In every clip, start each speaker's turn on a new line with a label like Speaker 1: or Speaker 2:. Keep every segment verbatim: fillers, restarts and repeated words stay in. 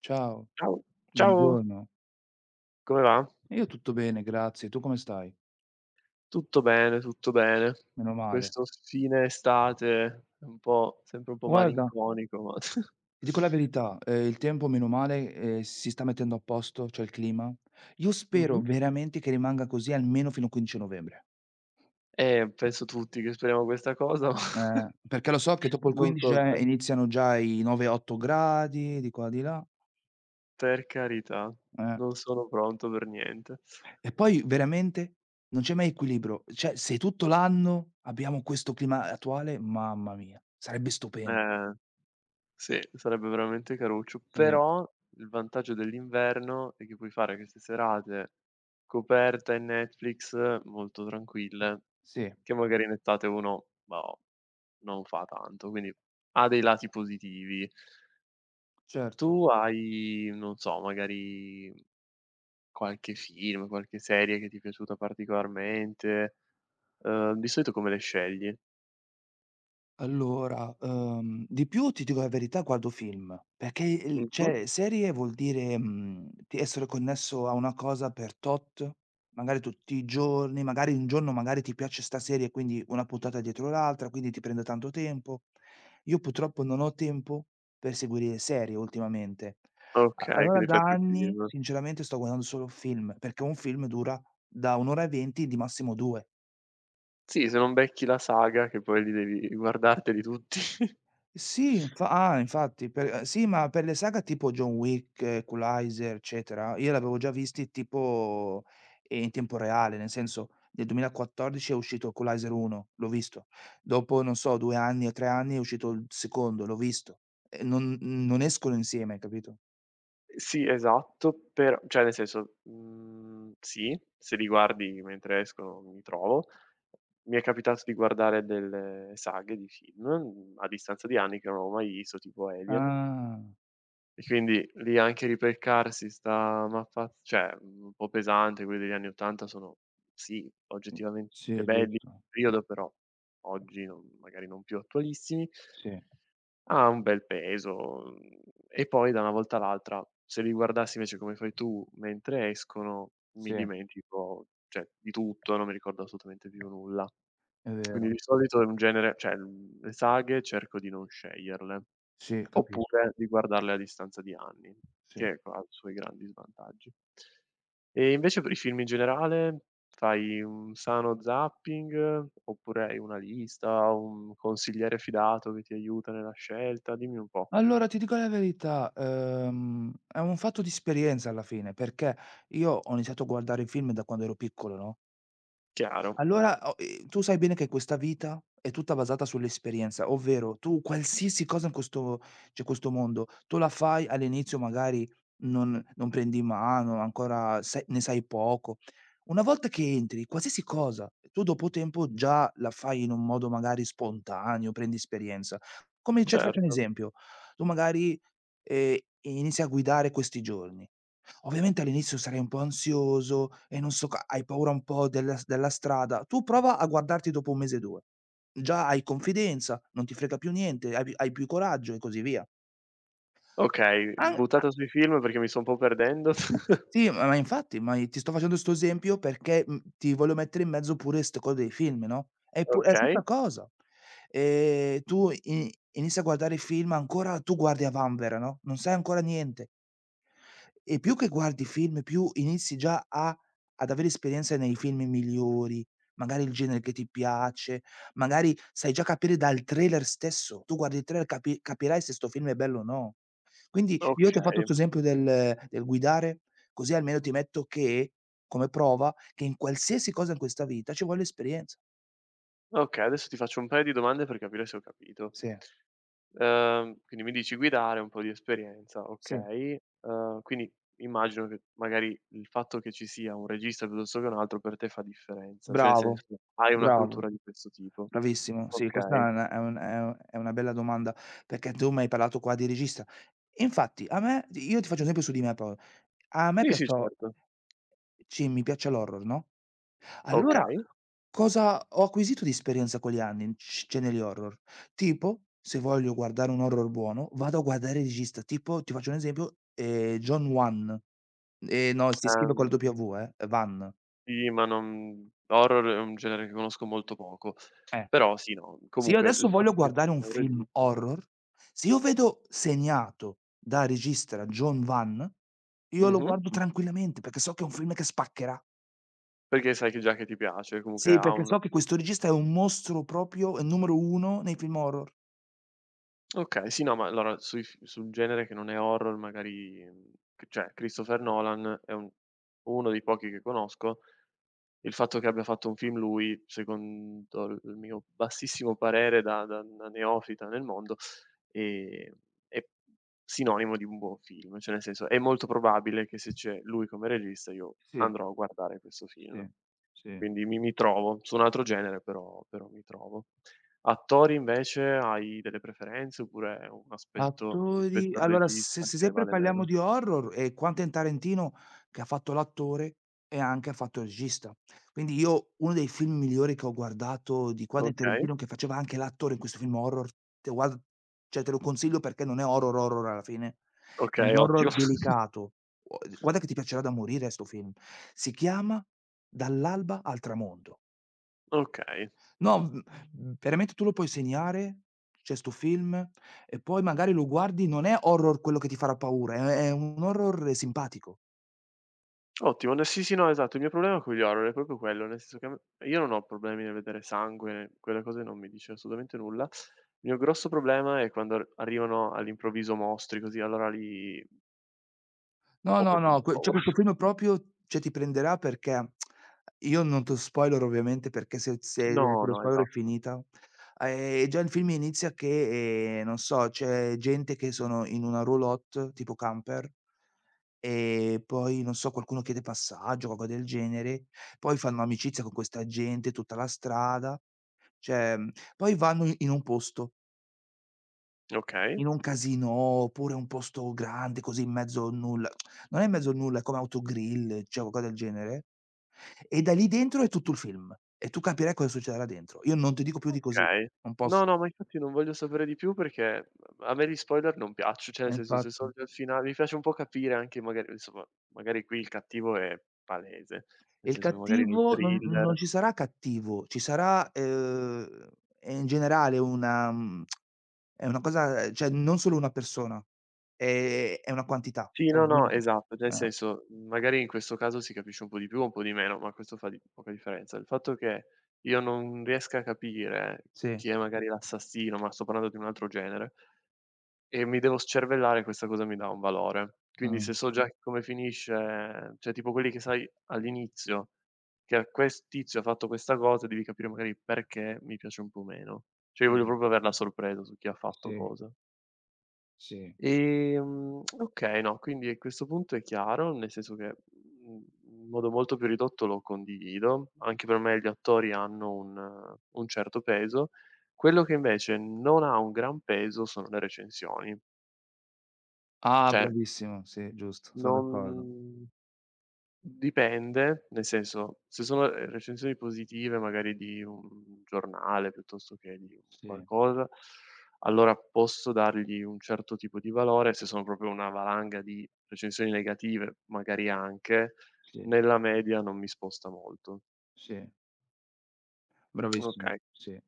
Speaker 1: Ciao,
Speaker 2: Ciao, ciao,
Speaker 1: buongiorno.
Speaker 2: come va?
Speaker 1: Io tutto bene, grazie. Tu come stai?
Speaker 2: Tutto bene, tutto bene.
Speaker 1: Meno male.
Speaker 2: Questo fine estate è un po' sempre un po'
Speaker 1: Guarda,
Speaker 2: malinconico, ma
Speaker 1: ti dico la verità, ehm, il tempo meno male, ehm, si sta mettendo a posto, cioè il clima. Io spero
Speaker 2: Mh-mh.
Speaker 1: veramente che rimanga così almeno fino al quindici novembre,
Speaker 2: Eh, penso tutti che speriamo questa cosa, ma
Speaker 1: ehm, perché lo so che dopo il
Speaker 2: non
Speaker 1: quindici
Speaker 2: so
Speaker 1: già
Speaker 2: te.
Speaker 1: iniziano già i nove, otto gradi, di qua di là,
Speaker 2: Per carità,
Speaker 1: eh.
Speaker 2: non sono pronto per niente.
Speaker 1: E poi veramente non c'è mai equilibrio, cioè se tutto l'anno abbiamo questo clima attuale, mamma mia, sarebbe stupendo.
Speaker 2: Eh. Sì, sarebbe veramente caruccio,
Speaker 1: Sì,
Speaker 2: però il vantaggio dell'inverno è che puoi fare queste serate coperta in Netflix, molto tranquille,
Speaker 1: sì.
Speaker 2: che magari in estate uno, boh, non fa tanto, quindi ha dei lati positivi. Tu
Speaker 1: Certo.
Speaker 2: hai, non so, magari qualche film, qualche serie che ti è piaciuta particolarmente? Uhm, di solito come le scegli?
Speaker 1: Allora, uhm, di più ti dico la verità guardo film, perché il
Speaker 2: Mh-mh.
Speaker 1: cioè serie vuol dire, mhmm, ti essere connesso a una cosa per tot, magari tutti i giorni, magari un giorno magari ti piace 'sta serie, quindi una puntata dietro l'altra, quindi ti prende tanto tempo. Io purtroppo non ho tempo per seguire serie ultimamente. A
Speaker 2: Okay,
Speaker 1: allora
Speaker 2: quindi
Speaker 1: da
Speaker 2: fai più
Speaker 1: anni
Speaker 2: film.
Speaker 1: sinceramente sto guardando solo film, perché un film dura da un' ora e venti di massimo due.
Speaker 2: Sì, se non becchi la saga che poi li devi guardarteli tutti.
Speaker 1: Sì, infa ah, infatti per eh, sì, ma per le saga tipo John Wick, eh, Equalizer, eccetera, io l'avevo già visti tipo, ehm, in tempo reale, nel senso nel duemilaquattordici è uscito Equalizer uno, l'ho visto. Dopo, non so, due anni o tre anni è uscito il secondo, l'ho visto. E non non escono insieme, capito?
Speaker 2: Sì, esatto, per cioè nel senso, mhmm, sì, se li guardi mentre escono mi trovo. Mi è capitato di guardare delle saghe di film, mhmm, a distanza di anni che non avevo mai visto, tipo Alien,
Speaker 1: Ah.
Speaker 2: e quindi lì anche ripeccarsi 'sta mappa cioè, mhmm, un po' pesante, quelli degli anni 'ottanta sono sì,
Speaker 1: Mh.
Speaker 2: oggettivamente
Speaker 1: Sì,
Speaker 2: belli
Speaker 1: giusto.
Speaker 2: periodo, però oggi non magari non più attualissimi.
Speaker 1: Sì,
Speaker 2: Ah, un bel peso, mhmm, e poi da una volta all'altra, se li guardassi invece come fai tu mentre escono, mi
Speaker 1: sì, è
Speaker 2: dimentico, cioè, di tutto, non mi ricordo assolutamente più nulla. Quindi
Speaker 1: vero.
Speaker 2: di solito è un genere cioè, mhmm, le saghe cerco di non sceglierle.
Speaker 1: Sì, capisco,
Speaker 2: Oppure di guardarle a distanza di anni,
Speaker 1: sì.
Speaker 2: che ha i suoi grandi svantaggi. E invece per i film in generale, fai un sano zapping, oppure hai una lista, un consigliere fidato che ti aiuta nella scelta? Dimmi un po'.
Speaker 1: Allora ti dico la verità, ehm, è un fatto di esperienza alla fine, perché io ho iniziato a guardare i film da quando ero piccolo, no,
Speaker 2: Chiaro,
Speaker 1: allora, o ehm, tu sai bene che questa vita è tutta basata sull'esperienza, ovvero tu qualsiasi cosa in questo cioè questo mondo, tu la fai all'inizio magari non non prendi in mano, ancora sai ne sai poco. Una volta che entri, qualsiasi cosa, tu dopo tempo già la fai in un modo magari spontaneo, prendi esperienza. Come cioè ti faccio un
Speaker 2: certo.
Speaker 1: esempio, tu magari, ehm, inizi a guidare questi giorni. Ovviamente all'inizio sarai un po' ansioso e non so ca hai paura un po' della s della strada. Tu prova a guardarti dopo un mese e due. Già hai confidenza, non ti frega più niente, hai pi hai più coraggio e così via.
Speaker 2: Okay,
Speaker 1: An a
Speaker 2: buttata sui film perché mi sto un po' perdendo.
Speaker 1: sì, ma ma infatti, ma i ti sto facendo 'sto esempio perché, mhmm, ti voglio mettere in mezzo pure 'ste cose dei film, no, è pu è la
Speaker 2: Okay,
Speaker 1: stessa cosa. Ehm, tu i inizi a guardare i film ancora tu guardi a vanvera, no, non sai ancora niente. E più che guardi film, più inizi già a ad avere esperienza nei film migliori, magari il genere che ti piace, magari sai già capire dal trailer stesso. Tu guardi il trailer capi capirai se sto film è bello o no. Quindi io ti ho fatto
Speaker 2: okay,
Speaker 1: 'sto esempio del del guidare, così almeno ti metto che come prova, che in qualsiasi cosa in questa vita ci vuole esperienza.
Speaker 2: okay, adesso ti faccio un paio di domande per capire se ho capito.
Speaker 1: Sì,
Speaker 2: Ehm, quindi mi dici guidare, un po' di esperienza,
Speaker 1: sì,
Speaker 2: okay. Ehm, quindi immagino che magari il fatto che ci sia un regista piuttosto che un altro per te fa differenza, cioè nel
Speaker 1: bravo,
Speaker 2: senso hai una
Speaker 1: bravo.
Speaker 2: cultura di questo tipo.
Speaker 1: Bravissimo, sì,
Speaker 2: Okay.
Speaker 1: questa è una è un è u è una bella domanda, perché tu m'hai parlato qua di regista. E infatti a me io ti faccio un esempio su di me pro a me
Speaker 2: Sì, sì,
Speaker 1: piaccio
Speaker 2: certo.
Speaker 1: sì, mi piace l'horror, no, allora
Speaker 2: Okay.
Speaker 1: cosa ho acquisito di esperienza con gli anni, sc scene di horror? Tipo, se voglio guardare un horror buono, vado a guardare il regista, tipo ti faccio un esempio, ehm, John Wan. Ehm, no, si scrive con la
Speaker 2: Ehm,
Speaker 1: W eh, Van.
Speaker 2: sì, ma non horror è un genere che conosco molto poco,
Speaker 1: Eh.
Speaker 2: però sì, no,
Speaker 1: Se io
Speaker 2: comunque il
Speaker 1: adesso voglio
Speaker 2: fatto che ci
Speaker 1: guardare un
Speaker 2: sia un
Speaker 1: film
Speaker 2: regista
Speaker 1: horror, se io vedo segnato da regista Jon Vann, io lo
Speaker 2: mh-mh,
Speaker 1: guardo tranquillamente perché so che è un film che spaccherà.
Speaker 2: perché sai che già che ti piace, comunque
Speaker 1: Sì,
Speaker 2: ha
Speaker 1: perché
Speaker 2: una
Speaker 1: so che questo regista è un mostro proprio, è il numero uno nei film horror.
Speaker 2: okay, sì, no, ma allora sui f sul genere che non è horror magari, mhmm, c cioè Christopher Nolan è un uno dei pochi che conosco. Il fatto che abbia fatto un film lui, secondo l il mio bassissimo parere da da da neofita nel mondo, ehm, è sinonimo di un buon film, cioè nel senso è molto probabile che se c'è lui come regista io
Speaker 1: Sì,
Speaker 2: andrò a guardare questo film.
Speaker 1: sì, sì.
Speaker 2: Quindi mi mi trovo, su un altro genere però però mi trovo. Attori invece hai delle preferenze oppure è un aspetto
Speaker 1: Attori
Speaker 2: rispetto al
Speaker 1: allora se
Speaker 2: regista
Speaker 1: se
Speaker 2: che
Speaker 1: sempre
Speaker 2: vale
Speaker 1: parliamo
Speaker 2: meno?
Speaker 1: di horror, è Quentin Tarantino che ha fatto l'attore e anche ha fatto il regista. Quindi io uno dei film migliori che ho guardato di Quentin
Speaker 2: Okay,
Speaker 1: Tarantino, che faceva anche l'attore in questo film horror, te guard cioè te lo consiglio perché non è horror horror alla fine, è
Speaker 2: okay,
Speaker 1: un
Speaker 2: ottimo.
Speaker 1: horror delicato. Uo Guarda che ti piacerà da morire 'sto film. Si chiama Dall'alba al tramonto.
Speaker 2: Okay,
Speaker 1: No, mhmm, mhmm, veramente tu lo puoi segnare, c'è 'sto film, e poi magari lo guardi, non è horror quello che ti farà paura, è è un horror simpatico.
Speaker 2: ottimo. No, sì, sì, no, esatto. Il mio problema con gli horror è proprio quello, nel senso che a me io non ho problemi nel vedere sangue, quelle cose non mi dice assolutamente nulla. Il mio grosso problema è quando ar arrivano all'improvviso mostri così, allora lì
Speaker 1: No,
Speaker 2: ho
Speaker 1: no,
Speaker 2: proprio un
Speaker 1: no,
Speaker 2: po'
Speaker 1: que cioè
Speaker 2: paura.
Speaker 1: questo film proprio, cioè ti prenderà perché io non te lo spoilero ovviamente perché se se te
Speaker 2: No,
Speaker 1: lo
Speaker 2: no,
Speaker 1: spoilero è
Speaker 2: esatto.
Speaker 1: finita. Ehm, già il film inizia che, ehm, non so, c'è gente che sono in una roulotte tipo camper. E poi, non so, qualcuno chiede passaggio, qualcosa del genere, poi fanno amicizia con questa gente, tutta la strada, cioè, mhmm, poi vanno i in un posto,
Speaker 2: Okay.
Speaker 1: in un casinò, oppure un posto grande così in mezzo al nulla non è in mezzo al nulla, è come Autogrill, cioè qualcosa del genere, e da lì dentro è tutto il film, e tu capirai cosa succederà dentro. Io non ti dico più di così,
Speaker 2: Okay.
Speaker 1: non
Speaker 2: No,
Speaker 1: posso.
Speaker 2: no, ma infatti non voglio sapere di più perché a me gli spoiler non piaccio cioè
Speaker 1: Eh,
Speaker 2: nel senso se so
Speaker 1: infatti.
Speaker 2: già il finale mi piace un po' capire anche magari insomma, magari qui il cattivo è palese,
Speaker 1: E
Speaker 2: nel
Speaker 1: il
Speaker 2: senso che magari nei
Speaker 1: cattivo non
Speaker 2: thriller
Speaker 1: non ci sarà cattivo, ci sarà, ehm, ehm, in generale una mhmm, è una cosa cioè non solo una persona, è è una quantità,
Speaker 2: sì,
Speaker 1: cioè
Speaker 2: no, no,
Speaker 1: quindi
Speaker 2: esatto, cioè nel
Speaker 1: eh,
Speaker 2: senso, magari in questo caso si capisce un po' di più o un po' di meno, ma questo fa di poca differenza. Il fatto che io non riesca a capire
Speaker 1: sì,
Speaker 2: chi è magari l'assassino, ma sto parlando di un altro genere e mi devo scervellare, questa cosa mi dà un valore. Quindi se
Speaker 1: mh,
Speaker 2: so già mh, come finisce cioè tipo quelli che sai all'inizio che quest tizio ha fatto questa cosa, devi capire magari il perché, mi piace un po' meno. Cioè io voglio
Speaker 1: mh,
Speaker 2: proprio aver la sorpresa su chi ha fatto
Speaker 1: sì,
Speaker 2: cosa.
Speaker 1: sì.
Speaker 2: Ehm, okay, no, quindi a questo punto è chiaro, nel senso che, mhmm, in modo molto più ridotto lo condivido. Anche per me gli attori hanno un un certo peso. Quello che invece non ha un gran peso sono le recensioni.
Speaker 1: Ah,
Speaker 2: Cioè
Speaker 1: bravissimo, sì, giusto, sono d'accordo.
Speaker 2: non dipende, nel senso, se sono, ehm, recensioni positive magari di un giornale piuttosto che di un
Speaker 1: Sì,
Speaker 2: qualcosa, allora posso dargli un certo tipo di valore, se sono proprio una valanga di recensioni negative, magari anche,
Speaker 1: sì,
Speaker 2: nella media non mi sposta molto.
Speaker 1: sì. Bravissimo,
Speaker 2: Okay,
Speaker 1: sì.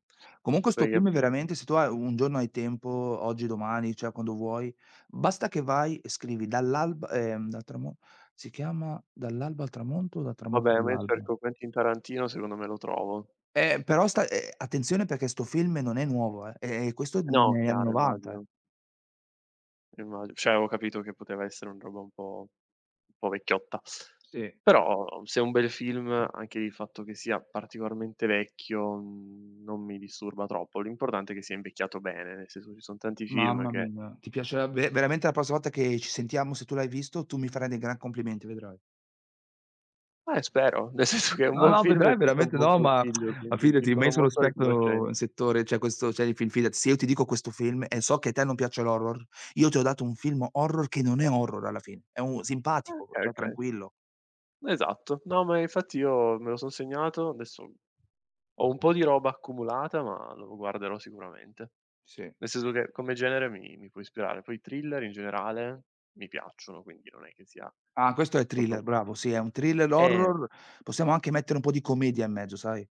Speaker 1: Comunque 'sto
Speaker 2: perché
Speaker 1: film
Speaker 2: appunto
Speaker 1: veramente se tu hai un giorno hai tempo, oggi, domani, cioè quando vuoi, basta che vai e scrivi dall'alba, ehm, dal tramo si chiama "Dall'alba al tramonto" o "Dal tramonto
Speaker 2: vabbè, ma io
Speaker 1: all'alba".
Speaker 2: cerco Quentin Tarantino, secondo me lo trovo.
Speaker 1: Eh, però sta ehm, attenzione perché 'sto film non è nuovo, eh, e questo è
Speaker 2: No,
Speaker 1: negli anni
Speaker 2: chiaro,
Speaker 1: 'novanta, eh.
Speaker 2: immagino. Immagi cioè avevo capito che poteva essere una roba un po' un po' vecchiotta.
Speaker 1: Sì,
Speaker 2: Però se è un bel film, anche il fatto che sia particolarmente vecchio, mhmm, non mi disturba troppo. L'importante è che sia invecchiato bene, nel senso ci son tanti film
Speaker 1: mamma
Speaker 2: che
Speaker 1: mia, ti piacerà ve veramente la prossima volta che ci sentiamo, se tu l'hai visto, tu mi farai dei gran complimenti, vedrai.
Speaker 2: eh spero, nel senso che un
Speaker 1: No,
Speaker 2: buon
Speaker 1: no,
Speaker 2: film è
Speaker 1: vedrai
Speaker 2: sempre un
Speaker 1: veramente
Speaker 2: buon
Speaker 1: no, ma
Speaker 2: consiglio,
Speaker 1: ma
Speaker 2: quindi ti
Speaker 1: fidati, ma
Speaker 2: sono
Speaker 1: io sono
Speaker 2: molto
Speaker 1: esperto in
Speaker 2: riconoscente.
Speaker 1: settore, cioè questo cioè di film, fidati, se io ti dico questo film e so che a te non piace l'horror, io ti ho dato un film horror che non è horror alla fine, è un
Speaker 2: Ah
Speaker 1: simpatico,
Speaker 2: okay,
Speaker 1: cioè
Speaker 2: okay.
Speaker 1: tranquillo.
Speaker 2: Esatto. No, ma infatti io me lo son segnato, adesso ho un po' di roba accumulata, ma lo guarderò sicuramente.
Speaker 1: Sì.
Speaker 2: Nel senso che come genere mi mi può ispirare, poi i thriller in generale mi piacciono, quindi non è che sia
Speaker 1: Ah, questo è
Speaker 2: proprio
Speaker 1: thriller, bravo, sì, è un thriller
Speaker 2: eh,
Speaker 1: horror, possiamo anche mettere un po' di commedia in mezzo, sai?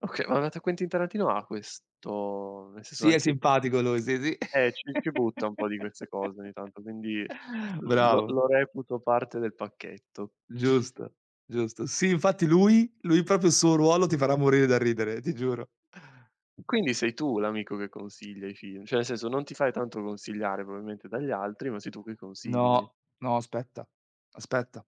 Speaker 2: okay, ma guarda, Quentin Tarantino ha questo nel senso
Speaker 1: Sì, è
Speaker 2: anche
Speaker 1: simpatico lui, sì, sì.
Speaker 2: eh, ci ci butta un po' di queste cose ogni tanto, quindi l lo
Speaker 1: Bravo,
Speaker 2: lo reputo parte del pacchetto.
Speaker 1: giusto, giusto. Sì, infatti lui lui proprio il suo ruolo ti farà morire da ridere, ti giuro.
Speaker 2: Quindi sei tu l'amico che consiglia i film, cioè nel senso non ti fai tanto consigliare probabilmente dagli altri, ma sei tu che consigli.
Speaker 1: No, no aspetta, aspetta.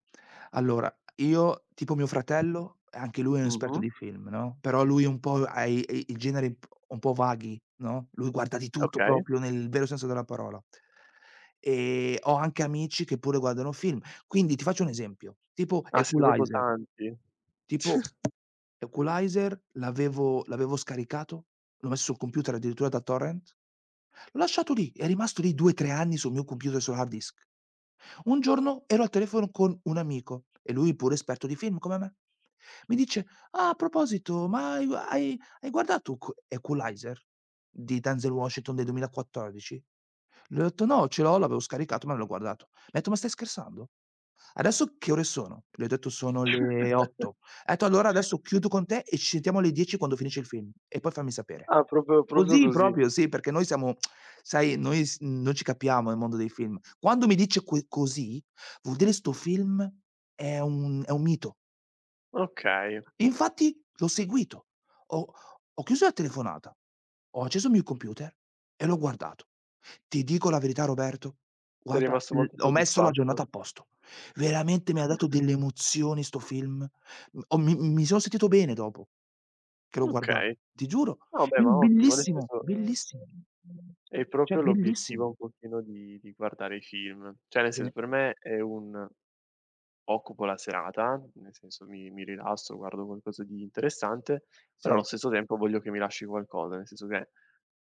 Speaker 1: Allora, io tipo mio fratello, anche lui è un esperto
Speaker 2: Mh-mh,
Speaker 1: di film, no, però lui un po' ha i i i generi un p un po' vaghi, no, lui guarda di tutto
Speaker 2: okay.
Speaker 1: proprio nel vero senso della parola. Ehm, ho anche amici che pure guardano film. Quindi ti faccio un esempio, tipo
Speaker 2: Ah, siete proprio
Speaker 1: Equalizer,
Speaker 2: tanti.
Speaker 1: tipo Equalizer l'avevo l'avevo scaricato, l'ho messo sul computer addirittura da torrent, l'ho lasciato lì, è rimasto lì due, tre anni sul mio computer sul hard disk. Un giorno ero al telefono con un amico, e lui pure esperto di film come me. Mi dice: "Ah, a proposito, ma hai hai hai guardato Equ Equalizer di Denzel Washington del duemilaquattordici?" Le ho detto: "No, ce l'ho, l'avevo scaricato, ma non l'ho guardato." Mi ha detto: "Ma stai scherzando?" Adesso che ore sono? Le ho detto: "Sono le otto." Ha detto: "Allora adesso chiudo con te e ci sentiamo alle dieci quando finisce il film e poi fammi sapere."
Speaker 2: Ah, proprio proprio
Speaker 1: Così
Speaker 2: così.
Speaker 1: proprio, sì, perché noi siamo sai, noi s non ci capiamo nel mondo dei film. Quando mi dice que così, vuol dire 'sto film è un è un mito.
Speaker 2: Okay.
Speaker 1: E infatti l'ho seguito. Ho ho chiuso la telefonata, ho acceso il mio computer e l'ho guardato. Ti dico la verità Roberto,
Speaker 2: Sei
Speaker 1: guarda,
Speaker 2: rimasto
Speaker 1: l
Speaker 2: molto
Speaker 1: ho messo la giornata
Speaker 2: soddisfatto.
Speaker 1: a posto. Veramente mi ha dato delle emozioni 'sto film. M ho mi mi sono sentito bene dopo che l'ho guardato,
Speaker 2: Okay.
Speaker 1: ti giuro.
Speaker 2: No, beh, ma
Speaker 1: Film
Speaker 2: ottimo, nel
Speaker 1: bellissimo,
Speaker 2: senso
Speaker 1: bellissimo.
Speaker 2: è
Speaker 1: Cioè
Speaker 2: proprio l'obiettivo
Speaker 1: bellissimo.
Speaker 2: un pochino di di guardare i film. Cioè, nel
Speaker 1: Sì,
Speaker 2: senso per me è un occupo la serata, nel senso mi mi rilasso, guardo qualcosa di interessante, però allo
Speaker 1: sì,
Speaker 2: stesso tempo voglio che mi lasci qualcosa, nel senso che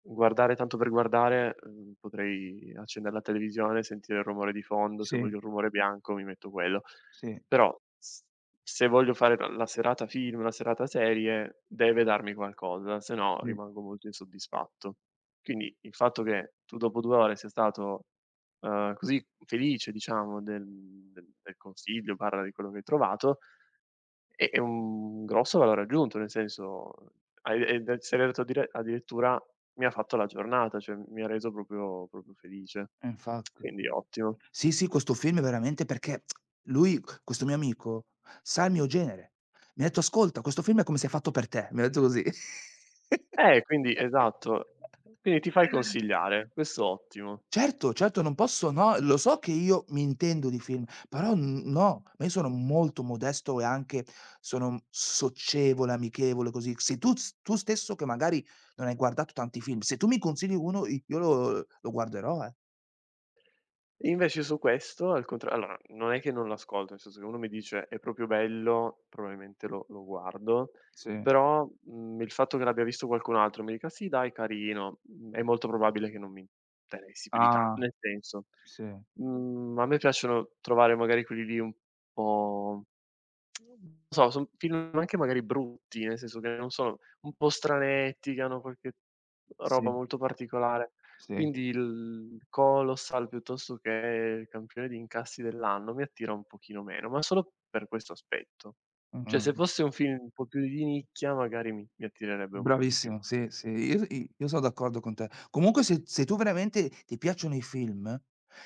Speaker 2: guardare tanto per guardare, uhm, potrei accendere la televisione, sentire il rumore di fondo, se
Speaker 1: sì,
Speaker 2: voglio un rumore bianco mi metto quello.
Speaker 1: sì,
Speaker 2: Però s se voglio fare la la serata film, la serata serie, deve darmi qualcosa, se no
Speaker 1: sì,
Speaker 2: rimango molto insoddisfatto. Quindi il fatto che tu dopo due ore sia stato uhm, così felice diciamo del del del consiglio, barra di quello che hai trovato, è è un grosso valore aggiunto, nel senso hai hai de- sei arrivato a dire addirittura: "Mi ha fatto la giornata", cioè mi ha reso proprio proprio felice.
Speaker 1: eh infatti.
Speaker 2: Quindi ottimo.
Speaker 1: Sì, sì, questo film veramente perché lui, questo mio amico, sa il mio genere. Mi ha detto: "Ascolta, questo film è come se è fatto per te." Mi ha detto così.
Speaker 2: Eh, quindi esatto. Quindi ti fai consigliare, questo ottimo.
Speaker 1: Certo, certo, non posso no, lo so che io mi intendo di film, però n no, ma io sono molto modesto e anche sono socievole, amichevole, così. Se tu s tu stesso che magari non hai guardato tanti film, se tu mi consigli uno io lo lo guarderò, eh.
Speaker 2: Invece su questo al contra allora, non è che non l'ascolto, nel senso che uno mi dice: "È proprio bello", probabilmente lo lo guardo,
Speaker 1: Sì.
Speaker 2: però, mhmm, il fatto che l'abbia visto qualcun altro e mi dica: "Sì dai, carino", mhmm, è molto probabile che non mi interessi più di tanto.
Speaker 1: Ah,
Speaker 2: Nel senso,
Speaker 1: sì,
Speaker 2: mhmm, a me piacciono trovare magari quelli lì un po' non so, son film anche magari brutti, nel senso che non sono un po' stranetti, che hanno qualche
Speaker 1: sì.
Speaker 2: roba molto particolare.
Speaker 1: Sì,
Speaker 2: Quindi il Colossal, piuttosto che il campione di incassi dell'anno, mi attira un pochino meno, ma solo per questo aspetto. Cioè,
Speaker 1: mh-mh.
Speaker 2: se fosse un film un po' più di nicchia, magari mi mi attirerebbe un po' di più.
Speaker 1: Bravissimo, sì, sì, io s i io sono d'accordo con te. Comunque se se tu veramente ti piacciono i film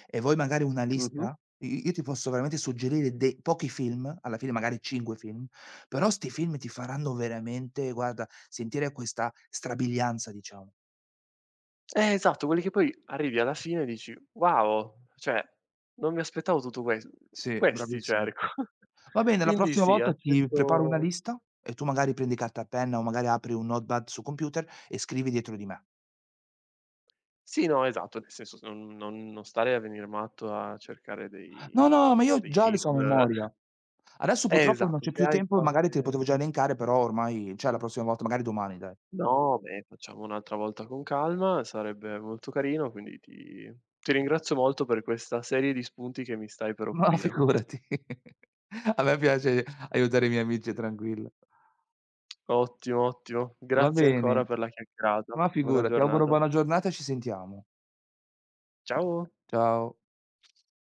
Speaker 1: e vuoi magari una
Speaker 2: Mh-mh.
Speaker 1: lista, i io ti posso veramente suggerire de pochi film, alla fine magari cinque film, però 'sti film ti faranno veramente, guarda, sentire questa strabilianza, diciamo.
Speaker 2: Eh, esatto, quelli che poi arrivi alla fine e dici: "Wow, cioè non mi aspettavo tutto ques
Speaker 1: Sì,
Speaker 2: questi
Speaker 1: bravissimo.
Speaker 2: cerco".
Speaker 1: Va bene, la
Speaker 2: Quindi
Speaker 1: prossima
Speaker 2: sì,
Speaker 1: volta ti preparo una
Speaker 2: accetto
Speaker 1: lista e tu magari prendi carta e penna o magari apri un notepad sul computer e scrivi dietro di me.
Speaker 2: sì, no, esatto, nel senso s non non non stare a venir matto a cercare dei
Speaker 1: No, no, ma io
Speaker 2: dei
Speaker 1: già le
Speaker 2: film
Speaker 1: so a memoria. Adesso
Speaker 2: eh,
Speaker 1: purtroppo non
Speaker 2: esatto,
Speaker 1: c'è
Speaker 2: se
Speaker 1: più
Speaker 2: hai
Speaker 1: tempo, magari te le
Speaker 2: qualche
Speaker 1: potevo già elencare, però ormai cioè la prossima volta, magari domani dai.
Speaker 2: no, beh, facciamo un'altra volta con calma, sarebbe molto carino, quindi ti ti ringrazio molto per questa serie di spunti che mi stai per
Speaker 1: Ma
Speaker 2: offrire.
Speaker 1: figurati. A me piace aiutare i miei amici, tranquilla.
Speaker 2: Ottimo, ottimo.
Speaker 1: Va
Speaker 2: Grazie ancora
Speaker 1: bene,
Speaker 2: per la chiacchierata.
Speaker 1: ma
Speaker 2: Buona
Speaker 1: figurati, auguro
Speaker 2: giornata.
Speaker 1: buona giornata e ci sentiamo.
Speaker 2: Ciao.
Speaker 1: Ciao.